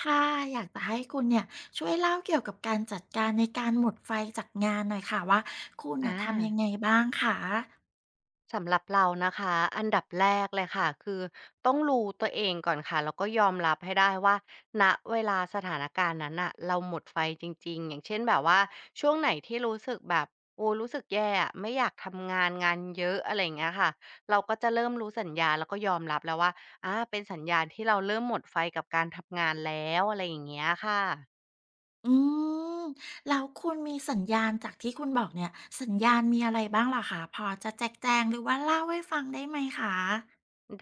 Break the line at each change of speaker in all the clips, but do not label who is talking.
ค่ะอยากจะให้คุณเนี่ยช่วยเล่าเกี่ยวกับการจัดการในการหมดไฟจากงานหน่อยค่ะว่าคุณน่ะ
อา
ทำยังไงบ้างคะ
สำหรับเรานะคะอันดับแรกเลยค่ะคือต้องรู้ตัวเองก่อนค่ะแล้วก็ยอมรับให้ได้ว่าณเวลาสถานการณ์นั้นอะเราหมดไฟจริงๆอย่างเช่นแบบว่าช่วงไหนที่รู้สึกแบบโอ้รู้สึกแย่อะไม่อยากทำงานงานเยอะอะไรอย่างเงี้ยค่ะเราก็จะเริ่มรู้สัญญาณแล้วก็ยอมรับแล้วว่าเป็นสัญญาณที่เราเริ่มหมดไฟกับการทำงานแล้วอะไรอย่างเงี้ยค่ะ
อืมแล้วคุณมีสัญญาณจากที่คุณบอกเนี่ยสัญญาณมีอะไรบ้างเหรอคะพอจะแจกแจงหรือว่าเล่าให้ฟังได้ไหมคะ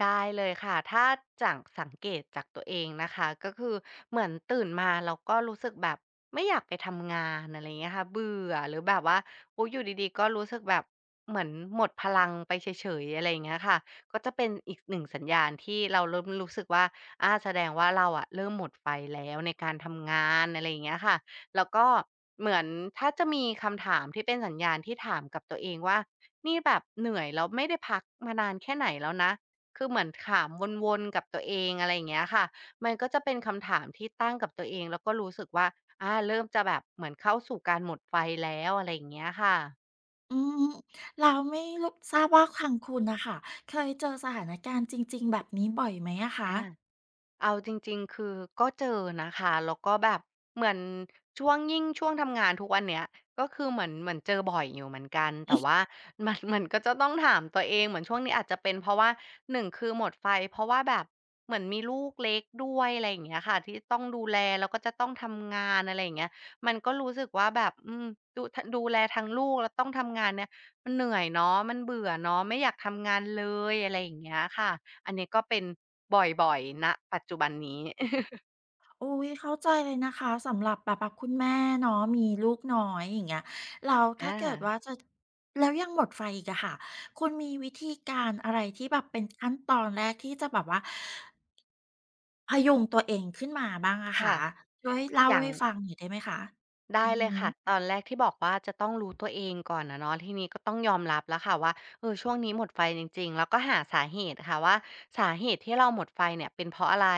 ได้เลยค่ะถ้าจากสังเกตจากตัวเองนะคะก็คือเหมือนตื่นมาเราก็รู้สึกแบบไม่อยากไปทำงานอะไรอเงี้ยค่ะเบื่อหรือแบบว่าโอ้ยอยู่ดีๆก็รู้สึกแบบเหมือนหมดพลังไปเฉยๆอะไรเงี้ยค่ะก็จะเป็นอีกหนึ่งสัญญาณที่เราเริ่มรู้สึกว่าแสดงว่าเราอะเริ่มหมดไฟแล้วในการทำงานอะไรเงี้ยค่ะแล้วก็เหมือนถ้าจะมีคำถามที่เป็นสัญญาณที่ถามกับตัวเองว่านี่แบบเหนื่อยแล้วไม่ได้พักมานานแค่ไหนแล้วนะ คือเหมือนถามวนๆกับตัวเองอะไรอย่างเงี้ยค่ะ มันก็จะเป็นคำถามที่ตั้งกับตัวเองแล้วก็รู้สึกว่า เริ่มจะแบบเหมือนเข้าสู่การหมดไฟแล้วอะไรอย่างเงี้ยค่ะ
อืมแล้วไม่รู้ทราบว่าทางคุณน่ะค่ะเคยเจอสถานการณ์จริงๆแบบนี้บ่อยไหมอะคะ
อา เอาจริงๆคือก็เจอนะคะ แล้วก็แบบเหมือนช่วงยิ่งช่วงทำงานทุกวันเนี้ยก็คือเหมือนเจอบ่อยอยู่เหมือนกันแต่ว่า มันก็จะต้องถามตัวเองเหมือนช่วงนี้อาจจะเป็นเพราะว่าหนึ่งคือหมดไฟเพราะว่าแบบเหมือนมีลูกเล็กด้วยอะไรอย่างเงี้ยค่ะที่ต้องดูแลแล้วก็จะต้องทำงานอะไรอย่างเงี้ยมันก็รู้สึกว่าแบบดูทดูแลทั้งลูกแล้วต้องทำงานเนี่ยมันเหนื่อยเนาะมันเบื่อเนาะไม่อยากทำงานเลยอะไรอย่างเงี้ยค่ะ อันนี้ก็เป็นบ่อยๆณปัจจุบันนี้
อุ๊ยเข้าใจเลยนะคะสำหรับแบบว่าคุณแม่เนาะมีลูกน้อยอย่างเงี้ยแล้ว
อา
ถ้าเกิดว่าจะแล้วยังหมดไฟอีกอะค่ะคุณมีวิธีการอะไรที่แบบเป็นขั้นตอนแรกที่จะแบบว่าพยุงตัวเองขึ้นมาบ้างอะ
ค่ะ
คะช่วยเล่า
อย่าง
ให้ฟังหน่อยได้ไหมคะอื
ได้
อ
เล
ฮึ
ยค่ะตอนแรกที่บอกว่าจะต้องรู้ตัวเองก่อนอะเนาะทีนี้ก็ต้องยอมรับแล้วค่ะว่าเออช่วงนี้หมดไฟจริงๆแล้วก็หาสาเหตุค่ะว่าสาเหตุที่เราหมดไฟเนี่ยเป็นเพราะอะไร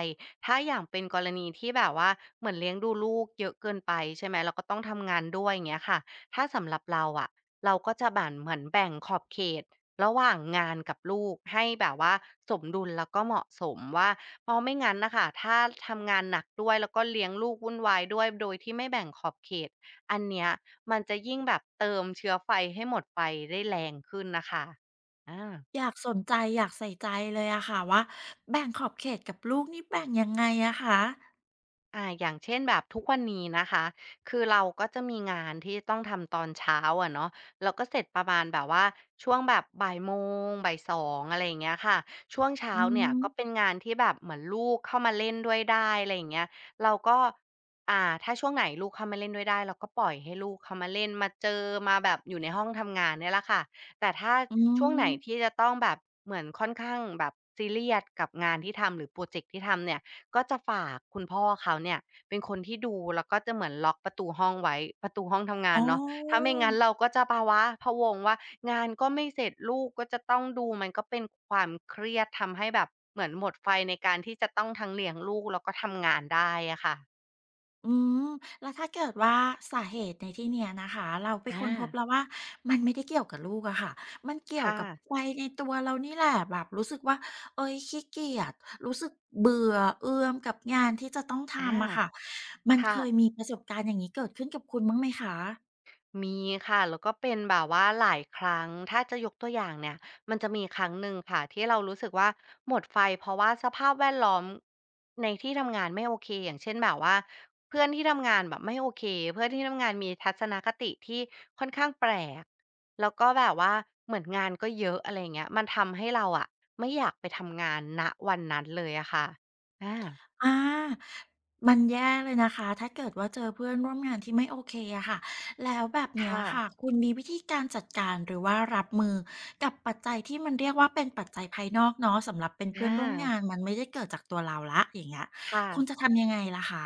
ถ้าอย่างเป็นกรณีที่แบบว่าเหมือนเลี้ยงดูลูกเยอะเกินไปใช่ไหมแล้วก็ต้องทำงานด้วยอย่างเงี้ยค่ะถ้าสำหรับเราอะเราก็จะบานเหมือนแบ่งขอบเขตระหว่างงานกับลูกให้แบบว่าสมดุลแล้วก็เหมาะสมว่า เพราะไม่งั้นนะคะ ถ้าทำงานหนักด้วยแล้วก็เลี้ยงลูกวุ่นวายด้วยโดยที่ไม่แบ่งขอบเขต อันเนี้ยมันจะยิ่งแบบเติมเชื้อไฟให้หมดไฟได้แรงขึ้นนะคะอา
อยากสนใจอยากใส่ใจเลยอะค่ะว่าแบ่งขอบเขตกับลูกนี่แบ่งยังไงอะคะ
อย่างเช่นแบบทุกวันนี้นะคะคือเราก็จะมีงานที่ต้องทำตอนเช้าอะเนาะเราก็เสร็จประมาณแบบว่าช่วงแบบบ่ายโมงบ่ายสองอะไรอย่างเงี้ยค่ะช่วงเช้า
อื
เนี่ยก็เป็น
ม
งานที่แบบเหมือนลูกเข้ามาเล่นด้วยได้อะไรอย่างเงี้ยเราก็ถ้าช่วงไหนลูกเข้ามาเล่นด้วยได้เราก็ปล่อยให้ลูกเข้ามาเล่นมาเจอมาแบบอยู่ในห้องทำงานเนี่ยแหละค่ะแต่ถ้า
อื
ช่วงไหนที่
ม
จะต้องแบบเหมือนค่อนข้างแบบซีเรียสกับงานที่ทำหรือโปรเจกต์ที่ทำเนี่ย ก็จะฝากคุณพ่อเขาเนี่ยเป็นคนที่ดูแล้วก็จะเหมือนล็อกประตูห้องไว้ประตูห้องทำงา
อ๋อ
นเนาะถ้าไม่งั้นเราก็จะภาวะพะวงว่างานก็ไม่เสร็จลูกก็จะต้องดูมันก็เป็นความเครียดทำให้แบบเหมือนหมดไฟในการที่จะต้องทั้งเลี้ยงลูกแล้วก็ทำงานได้อะค่ะ
อืม แล้วถ้าเกิดว่าสาเหตุในที่เนี้ยนะคะ เราไป
อา
ค้นพบแล้วว่ามันไม่ได้เกี่ยวกับลูกอะค่ะ มันเกี่ยว
ค่ะ
กับวัยในตัวเรานี่แหละแบบรู้สึกว่าเอ๊ยขี้เกียจรู้สึกเบื่อเอื่อมกับงานที่จะต้อง
อา
ทำอะค่ะ มัน
ค่ะ
เคยมีประสบการณ์อย่างนี้เกิดขึ้นกับคุณบ้างไหมคะ
มีค่ะแล้วก็เป็นแบบว่าหลายครั้งถ้าจะยกตัวอย่างเนี่ยมันจะมีครั้งหนึ่งค่ะที่เรารู้สึกว่าหมดไฟเพราะว่าสภาพแวดล้อมในที่ทำงานไม่โอเค อย่างเช่นแบบว่าเพื่อนที่ทำงานแบบไม่โอเค เพื่อนที่ทำงานมีทัศนคติที่ค่อนข้างแปลกแล้วก็แบบว่าเหมือนงานก็เยอะอะไรเงี้ยมันทำให้เราอะไม่อยากไปทำงานณวันนั้นเลยอะค่ะอา
อามันแย่เลยนะคะ ถ้าเกิดว่าเจอเพื่อนร่วมงานที่ไม่โอเคอะค่ะ แล้วแบบเนี้ย
ค่ะ
ค่ะ คุณมีวิธีการจัดการหรือว่ารับมือกับปัจจัยที่มันเรียกว่าเป็นปัจจัยภายนอกเนาะสำหรับเป็น
อ
เพื่อนร่วม
า
งานมันไม่ได้เกิดจากตัวเราแล้วอย่างเงี้ย
ค่ะ
คุณจะทำยังไงล่ะคะ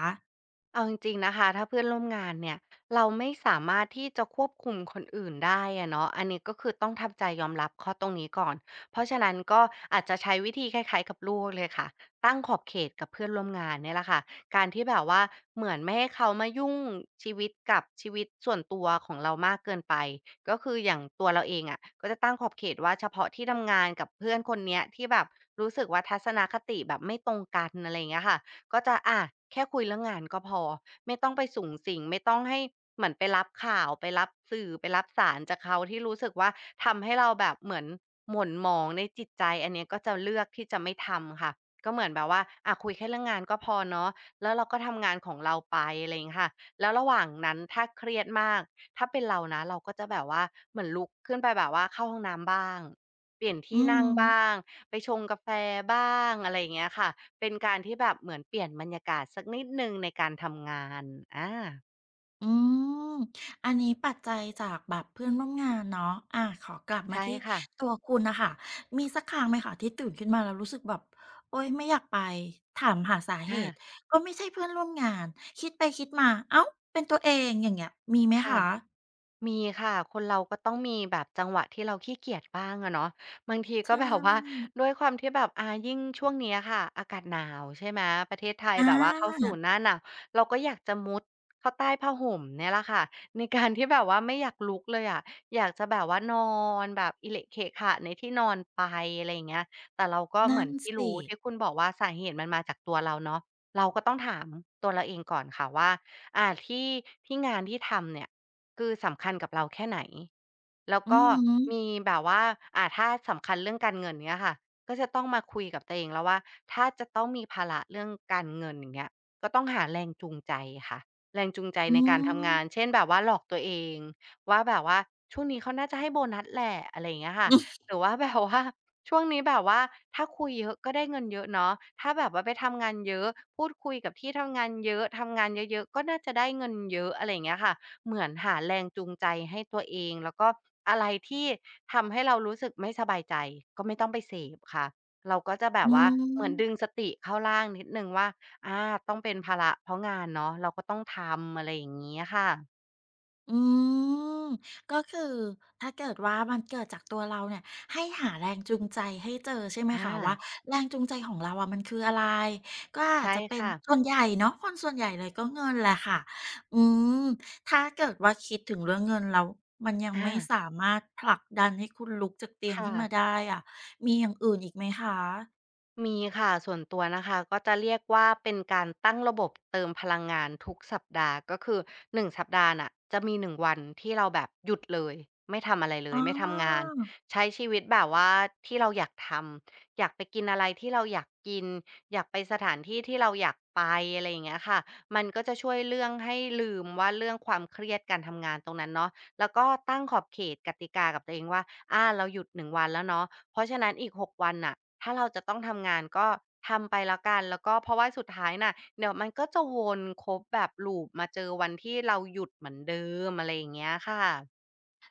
เอาจริงๆนะคะถ้าเพื่อนร่วมงานเนี่ยเราไม่สามารถที่จะควบคุมคนอื่นได้อะเนาะอันนี้ก็คือต้องทำใจยอมรับข้อตรงนี้ก่อนเพราะฉะนั้นก็อาจจะใช้วิธีคล้ายๆกับลูกเลยค่ะตั้งขอบเขตกับเพื่อนร่วมงานเนี่ยแหละค่ะการที่แบบว่าเหมือนไม่ให้เขามายุ่งชีวิตกับชีวิตส่วนตัวของเรามากเกินไปก็คืออย่างตัวเราเองอะก็จะตั้งขอบเขตว่าเฉพาะที่ทำงานกับเพื่อนคนเนี้ยที่แบบรู้สึกว่าทัศนคติแบบไม่ตรงกันอะไรอย่างเงี้ยค่ะ ก็จะอะแค่คุยเรื่องงานก็พอไม่ต้องไปสุงสิงไม่ต้องให้เหมือนไปรับข่าวไปรับสื่อไปรับสารจากเขาที่รู้สึกว่าทำให้เราแบบเหมือนหม่นหมองในจิตใจอันเนี้ยก็จะเลือกที่จะไม่ทำค่ะก็เหมือนแบบว่าอะคุยแค่เรื่องงานก็พอเนาะแล้วเราก็ทำงานของเราไปอะไรอย่างงี้ค่ะแล้วระหว่างนั้นถ้าเครียดมากถ้าเป็นเรานะเราก็จะแบบว่าเหมือนลุกขึ้นไปแบบว่าเข้าห้องน้ำบ้างเปลี่ยน
อื
ที่นั่งบ้า
ม
งไปชงกาแฟบ้างอะไรอย่างเงี้ยค่ะ เป็นการที่แบบเหมือนเปลี่ยนบรรยากาศสักนิดหนึ่งในการทำงานอา
อืม อันนี้ปัจจัยจากแบบเพื่อนร่วมงานเนาะอาขอกลับมา
ใช่
ที่
ค่ะ
ตัวคุณน่ะค่ะมีสักครั้งไหมคะที่ตื่นขึ้นมาแล้วรู้สึกแบบโอ๊ยไม่อยากไปถามหาสาเห
อา
ตุก็ไม่ใช่เพื่อนร่วมงานคิดไปคิดมาอ้าวเป็นตัวเองอย่างเงี้ยมีไหม
ค่ะ
คะ
มีค่ะคนเราก็ต้องมีแบบจังหวะที่เราขี้เกียจบ้างอะเนาะบางที
ใช
ก็แบบว่า
่
ด้วยความที่แบบอายิ่งช่วงเนี้ยค่ะอากาศหนาวใช่ไหมประเทศไทย
อ
แบบว่าเข้า
า
สู่หน้าหนาวเราก็อยากจะมุดเข้าใต้ผ้าห่มเนี่ยแหละค่ะในการที่แบบว่าไม่อยากลุกเลยอะอยากจะแบบว่านอนแบบอิเหละเขะขะในที่นอนไปอะไรอย่างเงี้ยแต่เราก็เหมื
นั่
อ
น
นที่รู้
สิ
ที่คุณบอกว่าสาเหตุมันมาจากตัวเราเนาะเราก็ต้องถามตัวเราเองก่อนค่ะว่าที่ที่งานที่ทำเนี่ย คือสำคัญกับเราแค่ไหน แล้ว
อื
ก็
อ
มี
ฮึ
แบบว่าอ่าถ้าสำคัญเรื่องการเงินเนี้ยค่ะก็จะต้องมาคุยกับตัวเองแล้วว่าถ้าจะต้องมีภาระเรื่องการเงินอย่างเงี้ยก็ต้องหาแรงจูงใจค่ะแรงจูงใจ
อื
ในการทำ
ม
งานเช่นแบบว่าหลอกตัวเองว่าแบบว่าช่วงนี้เขาน่าจะให้โบนัสแหละอะไรอย่างเงี้ยค่ะหรือว่าแบบว่า ช่วงนี้แบบว่า ถ้าคุยเยอะก็ได้เงินเยอะเนาะถ้าแบบว่าไปทำงานเยอะพูดคุยกับที่ทำงานเยอะทำงานเยอะๆก็น่าจะได้เงินเยอะอะไรอย่างเงี้ยค่ะ เหมือนหาแรงจูงใจให้ตัวเองแล้วก็อะไรที่ทำให้เรารู้สึกไม่สบายใจก็ไม่ต้องไปเสพค่ะเราก็จะแบ
อื
บว่าเหมือนดึง
ม
สติเข้าร่างนิดหนึ่งว่าอาต้องเป็นภาระเพราะงานเนาะเราก็ต้องทำอะไรอย่างงี้อะค่ะ
อืมก็คือถ้าเกิดว่ามันเกิดจากตัวเราเนี่ยให้หาแรงจูงใจให้เจอใช่ไหม
อา
คะว่าแรงจูงใจของเราอะมันคืออะไรก็อาจ
ใช่
จะเป็น
ค่ะ
ส่วนใหญ่เนาะคนส่วนใหญ่เลยก็เงินแหละค่ะอืมถ้าเกิดว่าคิดถึงเรื่องเงินแล้วมันยังไม่
อา
สามารถผลักดันให้คุณลุกจากเตียง
ค่ะ
ขึ้นมาได้อะมีอย่างอื่นอีกไหมคะ
มีค่ะส่วนตัวนะคะก็จะเรียกว่าเป็นการตั้งระบบเติมพลังงานทุกสัปดาห์ก็คือ1สัปดาห์น่ะจะมี1วันที่เราแบบหยุดเลยไม่ทำอะไรเล
อ๋อ
ยไม่ทำงานใช้ชีวิตแบบว่าที่เราอยากทำอยากไปกินอะไรที่เราอยากกินอยากไปสถานที่ที่เราอยากไปอะไรอย่างเงี้ยค่ะมันก็จะช่วยเรื่องให้ลืมว่าเรื่องความเครียดการทำงานตรงนั้นเนาะ แล้วก็ตั้งขอบเขตกติกากับตัวเองว่า อ่า เราหยุด1วันแล้วเนาะเพราะฉะนั้นอีก6วันน่ะถ้าเราจะต้องทำงานก็ทำไปแล้วกัน แล้วก็เพราะว่าสุดท้ายน่ะเดี๋ยวมันก็จะวนครบแบบ loop มาเจอวันที่เราหยุดเหมือนเดิมอะไรอย่างเงี้ยค่ะ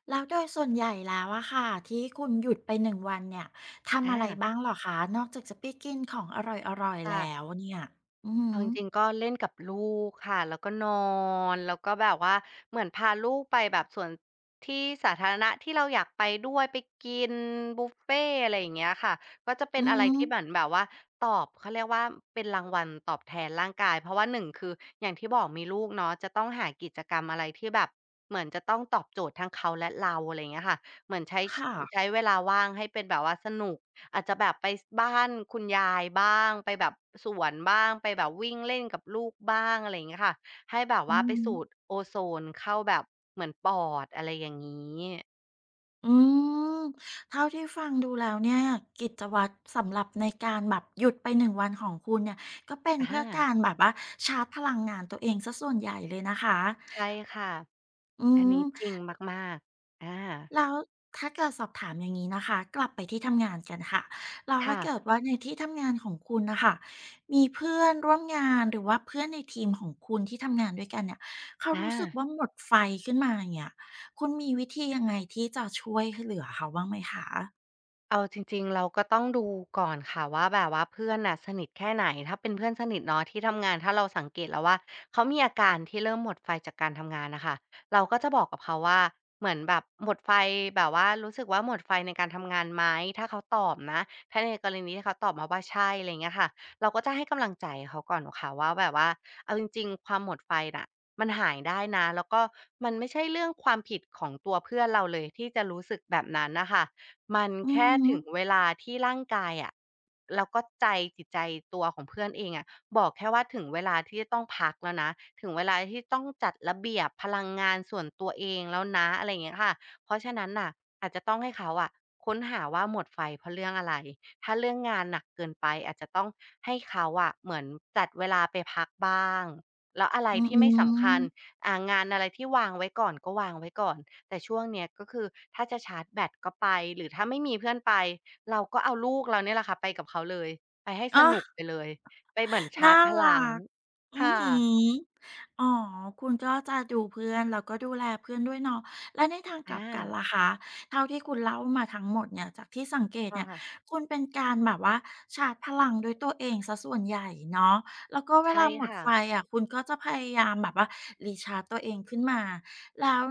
แล้วโดยส่วนใหญ่แล้วอะค่ะที่คุณหยุดไป1วันเนี่ยทำอะไร
อา
บ้างเหรอคะนอกจากจะไปกินของอร่อยๆ
ค่ะ
แล้วเนี่ยอือ
เอาจริงๆก็เล่นกับลูกค่ะแล้วก็นอนแล้วก็แบบว่าเหมือนพาลูกไปแบบสวนที่สาธารณะที่เราอยากไปด้วยไปกินบุฟเฟต์อะไรอย่างเงี้ยค่ะก็จะเป็
อื
น
อ
อะไร
อื
ที่เหมือน
ม
แบบว่าตอบเขาเรียกว่าเป็นรางวัลตอบแทนร่างกายเพราะว่าหนึ่งคืออย่างที่บอกมีลูกเนาะจะต้องหากิจกรรมอะไรที่แบบเหมือนจะต้องตอบโจทย์ทั้งเขาและเราอะไรอย่างเงี้ยค่ะเหมือนใช้
ค่ะ
ใช้เวลาว่างให้เป็นแบบว่าสนุก อาจจะแบบไปบ้านคุณยายบ้างไปแบบสวนบ้างไปแบบวิ่งเล่นกับลูกบ้างอะไรอย่างเงี้ยค่ะให้แบบ
อื
ว่าไปสูด
ม
โอโซนเข้าแบบเหมือนปอดอะไรอย่างงี้
อืมเท่าที่ฟังดูแล้วเนี่ยกิจวัตรสำหรับในการแบบหยุดไป1วันของคุณเนี่ยก็เป็นเพื่อ
อา
การแบบว่าชาร์จพลังงานตัวเองซสีส่วนใหญ่เลยนะคะ
ใช่ค่ะ
อื
อันนี้จริ
ม
งมากๆอา
แล้วถ้าเกิดสอบถามอย่างนี้นะคะกลับไปที่ทำงานกันค่ะแล้วถ้าเกิด
ค่ะ
ว่าในที่ทำงานของคุณนะคะมีเพื่อนร่วมงานหรือว่าเพื่อนในทีมของคุณที่ทำงานด้วยกันเนี่ยเขา
อา
รู้สึกว่าหมดไฟขึ้นมาอย่างเงี้ยคุณมีวิธียังไงที่จะช่วยเหลือเขาบ้างไหมคะ
เอาจริงๆเราก็ต้องดูก่อนค่ะว่าแบบว่าเพื่อนน่ะสนิทแค่ไหนถ้าเป็นเพื่อนสนิทเนาะที่ทำงานถ้าเราสังเกตแล้วว่าเขามีอาการที่เริ่มหมดไฟจากการทำงานน่ะค่ะเราก็จะบอกกับเขาว่าเหมือนแบบหมดไฟแบบว่ารู้สึกว่าหมดไฟในการทำงานไหมถ้าเขาตอบนะถ้าในกรณีที่เขาตอบมาว่าใช่อะไรเงี้ยค่ะเราก็จะให้กำลังใจเขาก่อนค่ะว่าแบบว่าเอาจริงๆความหมดไฟน่ะมันหายได้นะแล้วก็มันไม่ใช่เรื่องความผิดของตัวเพื่อนเราเลยที่จะรู้สึกแบบนั้นน่ะค่ะ มัน
อือ
แค่
ฮึ
ถึงเวลาที่ร่างกายอะแล้วก็ใจจิตใจตัวของเพื่อนเองอะบอกแค่ว่าถึงเวลาที่จะต้องพักแล้วนะถึงเวลาที่ต้องจัดระเบียบพลังงานส่วนตัวเองแล้วนะอะไรอย่างเงี้ยค่ะเพราะฉะนั้นน่ะอาจจะต้องให้เขาอะค้นหาว่าหมดไฟเพราะเรื่องอะไรถ้าเรื่องงานหนักเกินไปอาจจะต้องให้เขาอะเหมือนจัดเวลาไปพักบ้างแล้วอะไร
อือ
ที่ไม่สำคัญ
ๆ
งานอะไรที่วางไว้ก่อนก็วางไว้ก่อน แต่ช่วงเนี้ยก็คือถ้าจะชาร์จแบตก็ไปหรือถ้าไม่มีเพื่อนไปเราก็เอาลูกเราเนี่ยแหละค่ะไปกับเขาเลยไปให้ส
อ้อ
นุกไปเลยไปเหมือนชา
น่า
ร์จพ
รั
ลัง
กอือ
ค่
ฮึ
ะ
อ๋อคุณก็จะดูเพื่อนแล้วก็ดูแลเพื่อนด้วยเนาะแล้วในทางกลับกัน
อา
ล่ะคะเท่าที่คุณเล่ามาทั้งหมดเนี่ยจากที่สังเกต
ค
เนี่ย
่ะ
คุณเป็นการแบบว่าชาร์จพลังด้วยตัวเองเสียส่วนใหญ่เนาะแล้วก็เว
ใช่
ลาหมด
ค่ะ
ไฟอะคุณก็จะพยายามแบบว่ารีชาร์จตัวเองขึ้นมาแล้ว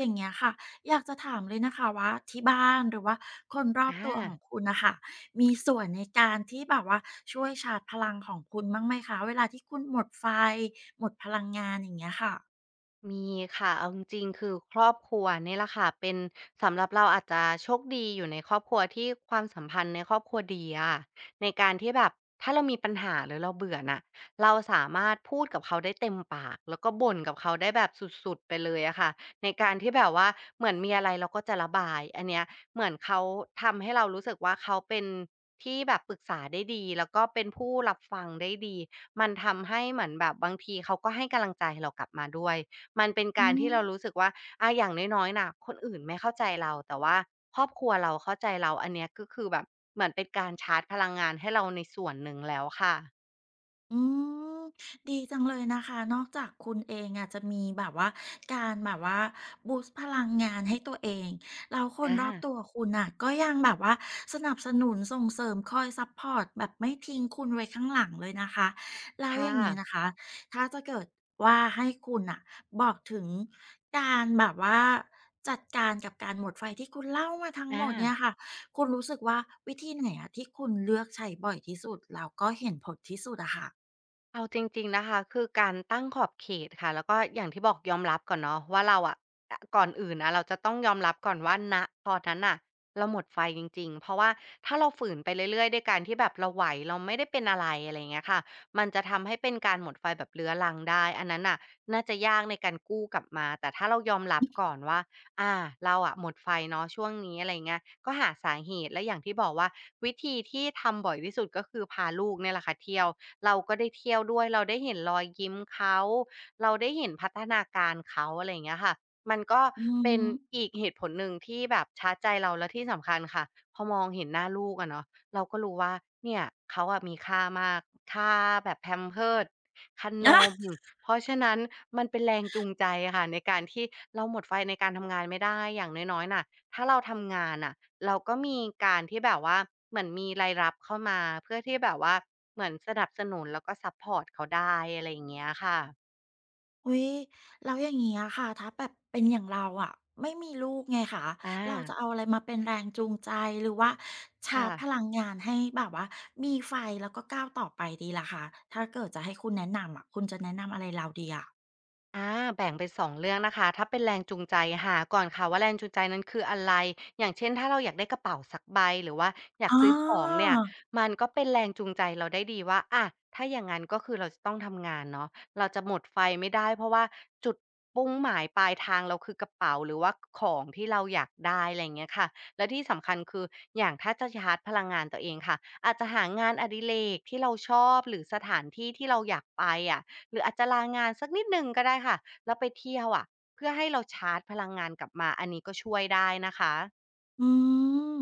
อย่างเงี้ยค่ะอยากจะถามเลยนะคะว่าที่บ้านหรือว่าคนรอ
อ
บตัวของ
า
คุณน่ะค่ะ มีส่วนในการที่แบบว่าช่วยชาร์จพลังของคุณบ้างไหมคะเวลาที่คุณหมดไฟหมดพลังงานอย่างเงี้ยค่ะ
มีค่ะเอาจริงๆคือครอบครัวนี่แหละค่ะเป็นสำหรับเราอาจจะโชคดีอยู่ในครอบครัวที่ความสัมพันธ์ในครอบครัวดีอะในการที่แบบถ้าเรามีปัญหาหรือเราเบื่อน่ะเราสามารถพูดกับเขาได้เต็มปากแล้วก็บ่นกับเขาได้แบบสุดๆไปเลยอะค่ะในการที่แบบว่าเหมือนมีอะไรเราก็จะระบายอันเนี้ยเหมือนเขาทำให้เรารู้สึกว่าเขาเป็นที่แบบปรึกษาได้ดีแล้วก็เป็นผู้รับฟังได้ดีมันทำให้เหมือนแบบบางทีเขาก็ให้กำลังใจเรากลับมาด้วย มันเป็น
อื
การ
ม
ที่เรารู้สึกว่าอาอย่างน้อยๆน่ะคนอื่นไม่เข้าใจเรา แต่ว่าครอบครัวเราเข้าใจเราอันเนี้ยก็คือแบบ เหมือนเป็นการชาร์จพลังงานให้เราในส่วนหนึ่งแล้วค่ะ
อืมดีจังเลยนะคะนอกจากคุณเองอะจะมีแบบว่าการแบบว่าบูสต์พลังงานให้ตัวเองแล้วคน
อา
รอบตัวคุณอ่ะก็ยังแบบว่าสนับสนุนส่งเสริมคอยซัพพอร์ตแบบไม่ทิ้งคุณไว้ข้างหลังเลยนะคะแล้วอ
ค่ะ
ย่างนี้นะคะถ้าจะเกิดว่าให้คุณอ่ะบอกถึงการแบบว่าจัดการกับการหมดไฟที่คุณเล่ามาทั้งหม
อา
ดเนี่ยค่ะคุณรู้สึกว่าวิธีไหนอะที่คุณเลือกใช้บ่อยที่สุดแล้วก็เห็นผลที่สุดอะคะ
เอาจริงๆนะคะคือการตั้งขอบเขตค่ะแล้วก็อย่างที่บอกยอมรับก่อนเนาะว่าเราอะอก่อนอื่นนะเราจะต้องยอมรับก่อนว่าณตอนนั้นน่ะเราหมดไฟจริงๆเพราะว่าถ้าเราฝืนไปเรื่อยๆด้วยการที่แบบเราไหวเราไม่ได้เป็นอะไรอะไรอย่างเงี้ยค่ะมันจะทำให้เป็นการหมดไฟแบบเรื้อรังได้อันนั้นน่ะน่าจะยากในการกู้กลับมาแต่ถ้าเรายอมรับก่อนว่า อ่าเราอะหมดไฟเนาะช่วงนี้อะไรเงี้ยก็หาสาเหตุและอย่างที่บอกว่าวิธีที่ทำบ่อยที่สุดก็คือพาลูกเนี่ยแหละค่ะเที่ยวเราก็ได้เที่ยวด้วยเราได้เห็นรอยยิ้มเขาเราได้เห็นพัฒนาการเขาอะไรอย่างเงี้ยค่ะมันก็
อื
เป็น
ม
อีกเหตุผลหนึ่งที่แบบชาร์จใจเราและที่สำคัญค่ะพอมองเห็นหน้าลูกอะเนาะเราก็รู้ว่าเนี่ยเขาอะมีค่ามากค่าแบบ Pampers ค่า น
อะ
ม เพราะฉะนั้นมันเป็นแรงจูงใจอะค่ะในการที่เราหมดไฟในการทำงานไม่ได้อย่างน้อยๆน่ะถ้าเราทำงานน่ะเราก็มีการที่แบบว่าเหมือนมีรายรับเข้ามาเพื่อที่แบบว่าเหมือนสนับสนุนแล้วก็ซัปพอร์ตเขาได้อะไรอย่างเงี้ยค่ะ
อุ๊ยแล้วอย่างงี้อะค่ะถ้าแบบเป็นอย่างเราอะ ไม่มีลูกไงคะ
อา
เราจะเอาอะไรมาเป็นแรงจูงใจหรือว่าชาร์
ค่ะ
จพลังงานให้แบบว่ามีไฟแล้วก็ก้าวต่อไปดีล่ะคะถ้าเกิดจะให้คุณแนะนำอะ คุณจะแนะนำอะไรเราดีอะ
อาแบ่งเป็นสองเรื่องนะคะถ้าเป็นแรงจูงใจหาก่อนค่ะว่าแรงจูงใจนั้นคืออะไรอย่างเช่นถ้าเราอยากได้กระเป๋าสักใบหรือว่าอยาก
อ๋อ
ซื้อของเนี่ยมันก็เป็นแรงจูงใจเราได้ดีว่าอะถ้าอย่างนั้นก็คือเราจะต้องทำงานเนาะเราจะหมดไฟไม่ได้เพราะว่าจุดมุ่งหมายปลายทางเราคือกระเป๋าหรือว่าของที่เราอยากได้อะไรอย่างเงี้ยค่ะและที่สำคัญคืออย่างถ้าจะชาร์จพลังงานตัวเองค่ะอาจจะหางานอดิเรกที่เราชอบหรือสถานที่ที่เราอยากไปอะ หรืออาจจะลางานสักนิดหนึ่งก็ได้ค่ะแล้วไปเที่ยวอ่ะเพื่อให้เราชาร์จพลังงานกลับมาอันนี้ก็ช่วยได้นะคะ
อืม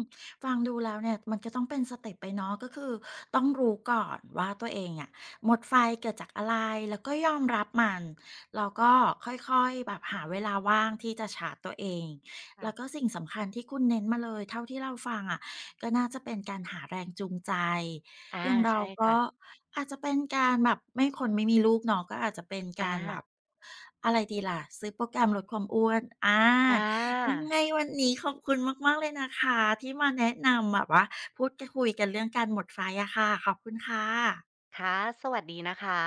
ฟังดูแล้วเนี่ยมันก็ต้องเป็นสเต็ปไปเนาะก็คือต้องรู้ก่อนว่าตัวเองอะหมดไฟเกิดจากอะไรแล้วก็ยอมรับมันแล้วก็ค่อยๆแบบหาเวลาว่างที่จะชาร์จตัวเองแล้วก็
ค่ะ
สิ่งสำคัญที่คุณเน้นมาเลยเท่าที่เราฟังอะก็น่าจะเป็นการหาแรงจูงใจ
อา
อย่างเรา
ใช่
ก็
ค่ะ
อาจจะเป็นการแบบไม่คนไม่มีลูกเนาะก็อาจจะเป็น
อ่า
การแบบอะไรดีล่ะซื้อโปรแกรมลดความอ้วนอา
อ่
ยั
า
งไงวันนี้ขอบคุณมากๆเลยนะคะที่มาแนะนำแบบว่าพูดกคุยกันเรื่องการหมดไฟอะค่ะขอบคุณค่ะ
ค่ะสวัสดีนะคะ